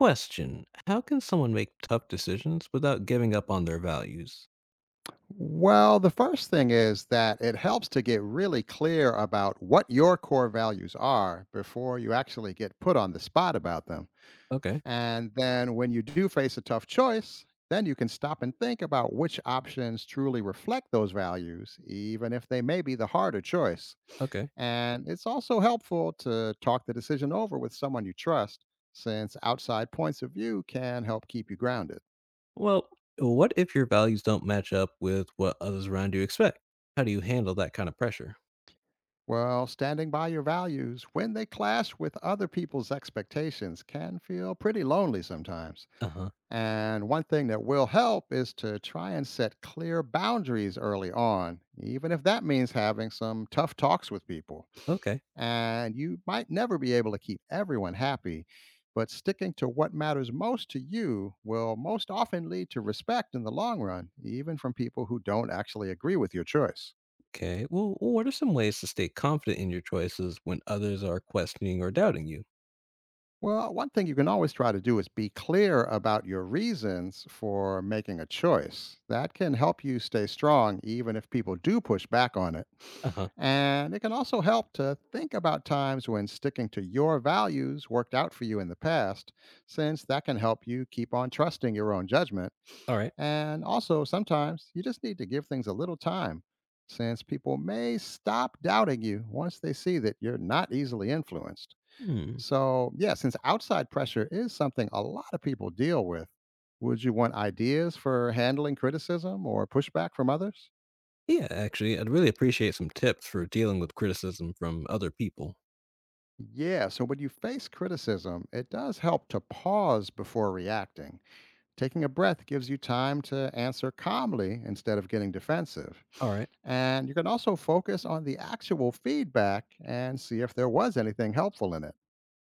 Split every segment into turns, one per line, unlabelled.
Question: how can someone make tough decisions without giving up on their values?
Well, the first thing is that it helps to get really clear about what your core values are before you actually get put on the spot about them.
Okay.
And then when you do face a tough choice, then you can stop and think about which options truly reflect those values, even if they may be the harder choice.
Okay.
And it's also helpful to talk the decision over with someone you trust, since outside points of view can help keep you grounded.
Well, what if your values don't match up with what others around you expect? How do you handle that kind of pressure?
Well, standing by your values when they clash with other people's expectations can feel pretty lonely sometimes.
Uh huh.
And one thing that will help is to try and set clear boundaries early on, even if that means having some tough talks with people.
Okay.
And you might never be able to keep everyone happy, but sticking to what matters most to you will most often lead to respect in the long run, even from people who don't actually agree with your choice.
Okay. Well, what are some ways to stay confident in your choices when others are questioning or doubting you?
Well, one thing you can always try to do is be clear about your reasons for making a choice. That can help you stay strong, even if people do push back on it.
Uh huh.
And it can also help to think about times when sticking to your values worked out for you in the past, since that can help you keep on trusting your own judgment.
All right.
And also, sometimes you just need to give things a little time, since people may stop doubting you once they see that you're not easily influenced.
Hmm.
So, yeah, since outside pressure is something a lot of people deal with, would you want ideas for handling criticism or pushback from others?
Yeah, actually, I'd really appreciate some tips for dealing with criticism from other people.
Yeah, so when you face criticism, it does help to pause before reacting. Taking a breath gives you time to answer calmly instead of getting defensive.
All right.
And you can also focus on the actual feedback and see if there was anything helpful in it.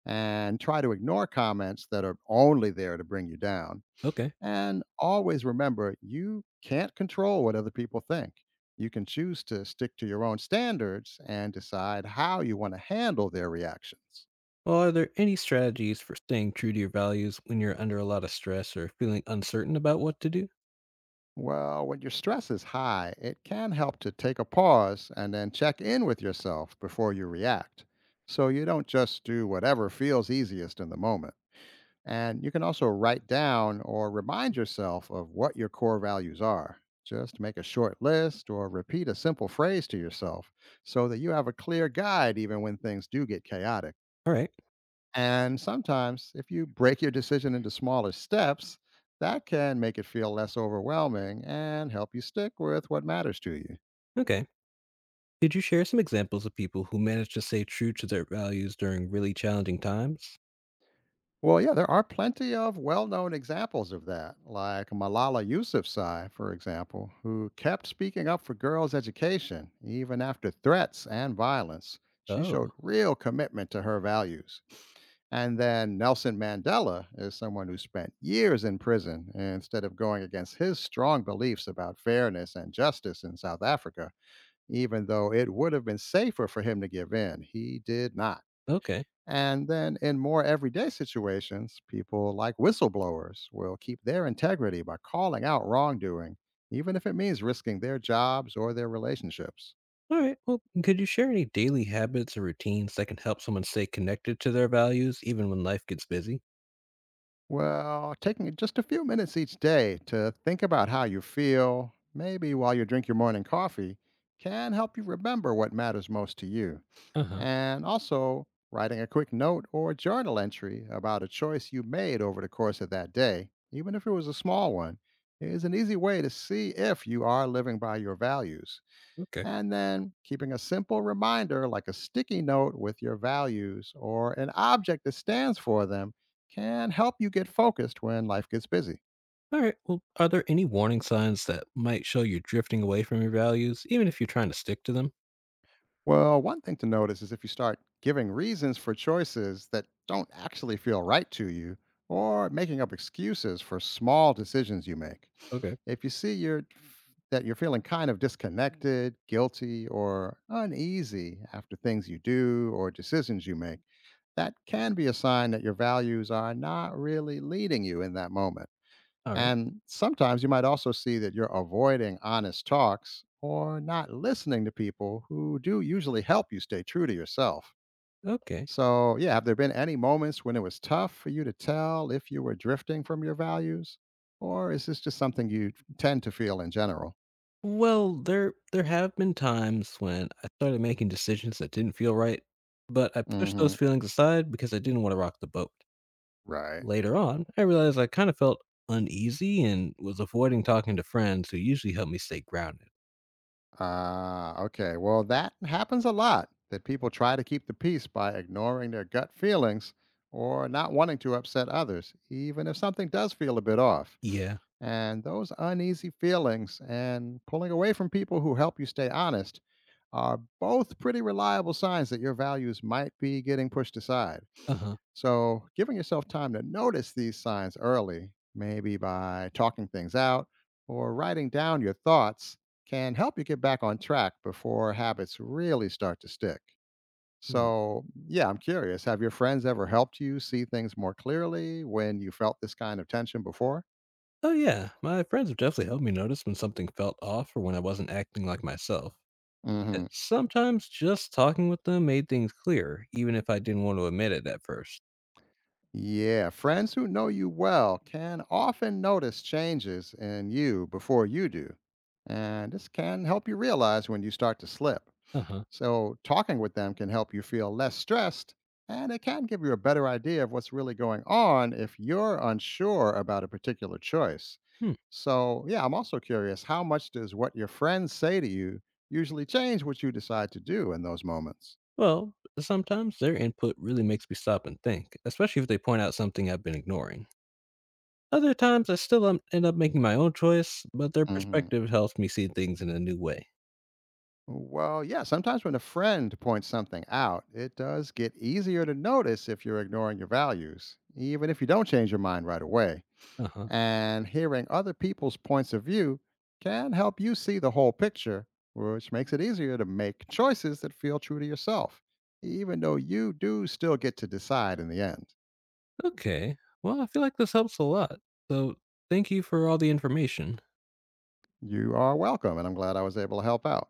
And try to ignore comments that are only there to bring you down.
Okay.
And always remember, you can't control what other people think. You can choose to stick to your own standards and decide how you want to handle their reactions.
Well, are there any strategies for staying true to your values when you're under a lot of stress or feeling uncertain about what to do?
Well, when your stress is high, it can help to take a pause and then check in with yourself before you react. So you don't just do whatever feels easiest in the moment. And you can also write down or remind yourself of what your core values are. Just make a short list or repeat a simple phrase to yourself so that you have a clear guide even when things do get chaotic.
All right.
And sometimes, if you break your decision into smaller steps, that can make it feel less overwhelming and help you stick with what matters to you.
Okay. Could you share some examples of people who managed to stay true to their values during really challenging times?
Well, yeah, there are plenty of well known examples of that, like Malala Yousafzai, for example, who kept speaking up for girls' education even after threats and violence. She showed
Oh,
real commitment to her values. And then Nelson Mandela is someone who spent years in prison instead of going against his strong beliefs about fairness and justice in South Africa. Even though it would have been safer for him to give in, he did not.
okay.
And then in more everyday situations, people like whistleblowers will keep their integrity by calling out wrongdoing, even if it means risking their jobs or their relationships.
All right. Well, could you share any daily habits or routines that can help someone stay connected to their values even when life gets busy?
Well, taking just a few minutes each day to think about how you feel, maybe while you drink your morning coffee, can help you remember what matters most to you.
Uh huh.
And also writing a quick note or journal entry about a choice you made over the course of that day, even if it was a small one, is an easy way to see if you are living by your values.
Okay.
And then keeping a simple reminder like a sticky note with your values or an object that stands for them can help you get focused when life gets busy.
All right. Well, are there any warning signs that might show you're drifting away from your values, even if you're trying to stick to them?
Well, one thing to notice is if you start giving reasons for choices that don't actually feel right to you, or making up excuses for small decisions you make.
Okay.
If you see you're, That you're feeling kind of disconnected, guilty, or uneasy after things you do or decisions you make, that can be a sign that your values are not really leading you in that moment.
All right.
And sometimes you might also see that you're avoiding honest talks or not listening to people who do usually help you stay true to yourself.
Okay.
So, yeah, have there been any moments when it was tough for you to tell if you were drifting from your values? Or is this just something you tend to feel in general?
Well, there have been times when I started making decisions that didn't feel right, but I pushed
Hmm.
those feelings aside because I didn't want to rock the boat.
Right.
Later on, I realized I kind of felt uneasy and was avoiding talking to friends who usually help me stay grounded.
Ah, okay. Well, that happens a lot that people try to keep the peace by ignoring their gut feelings or not wanting to upset others, even if something does feel a bit off.
Yeah.
And those uneasy feelings and pulling away from people who help you stay honest are both pretty reliable signs that your values might be getting pushed aside.
Uh-huh.
So, giving yourself time to notice these signs early, maybe by talking things out or writing down your thoughts, can help you get back on track before habits really start to stick.
Hmm.
So, yeah, I'm curious. Have your friends ever helped you see things more clearly when you felt this kind of tension before?
Oh yeah, my friends have definitely helped me notice when something felt off or when I wasn't acting like myself.
Hmm.
Sometimes just talking with them made things clearer, even if I didn't want to admit it at first.
Yeah, friends who know you well can often notice changes in you before you do. And this can help you realize when you start to slip.
Uh-huh.
So, talking with them can help you feel less stressed, and it can give you a better idea of what's really going on if you're unsure about a particular choice.
Hmm.
So, yeah, I'm also curious how much does what your friends say to you usually change what you decide to do in those moments?
Well, sometimes their input really makes me stop and think, especially if they point out something I've been ignoring. Other times, I still end up making my own choice, but their
Hmm.
perspective helps me see things in a new way.
Well, yeah, sometimes when a friend points something out, it does get easier to notice if you're ignoring your values, even if you don't change your mind right away.
Uh huh.
And hearing other people's points of view can help you see the whole picture, which makes it easier to make choices that feel true to yourself, even though you do still get to decide in the end.
Okay. Well, I feel like this helps a lot. So, thank you for all the information.
You are welcome, and I'm glad I was able to help out.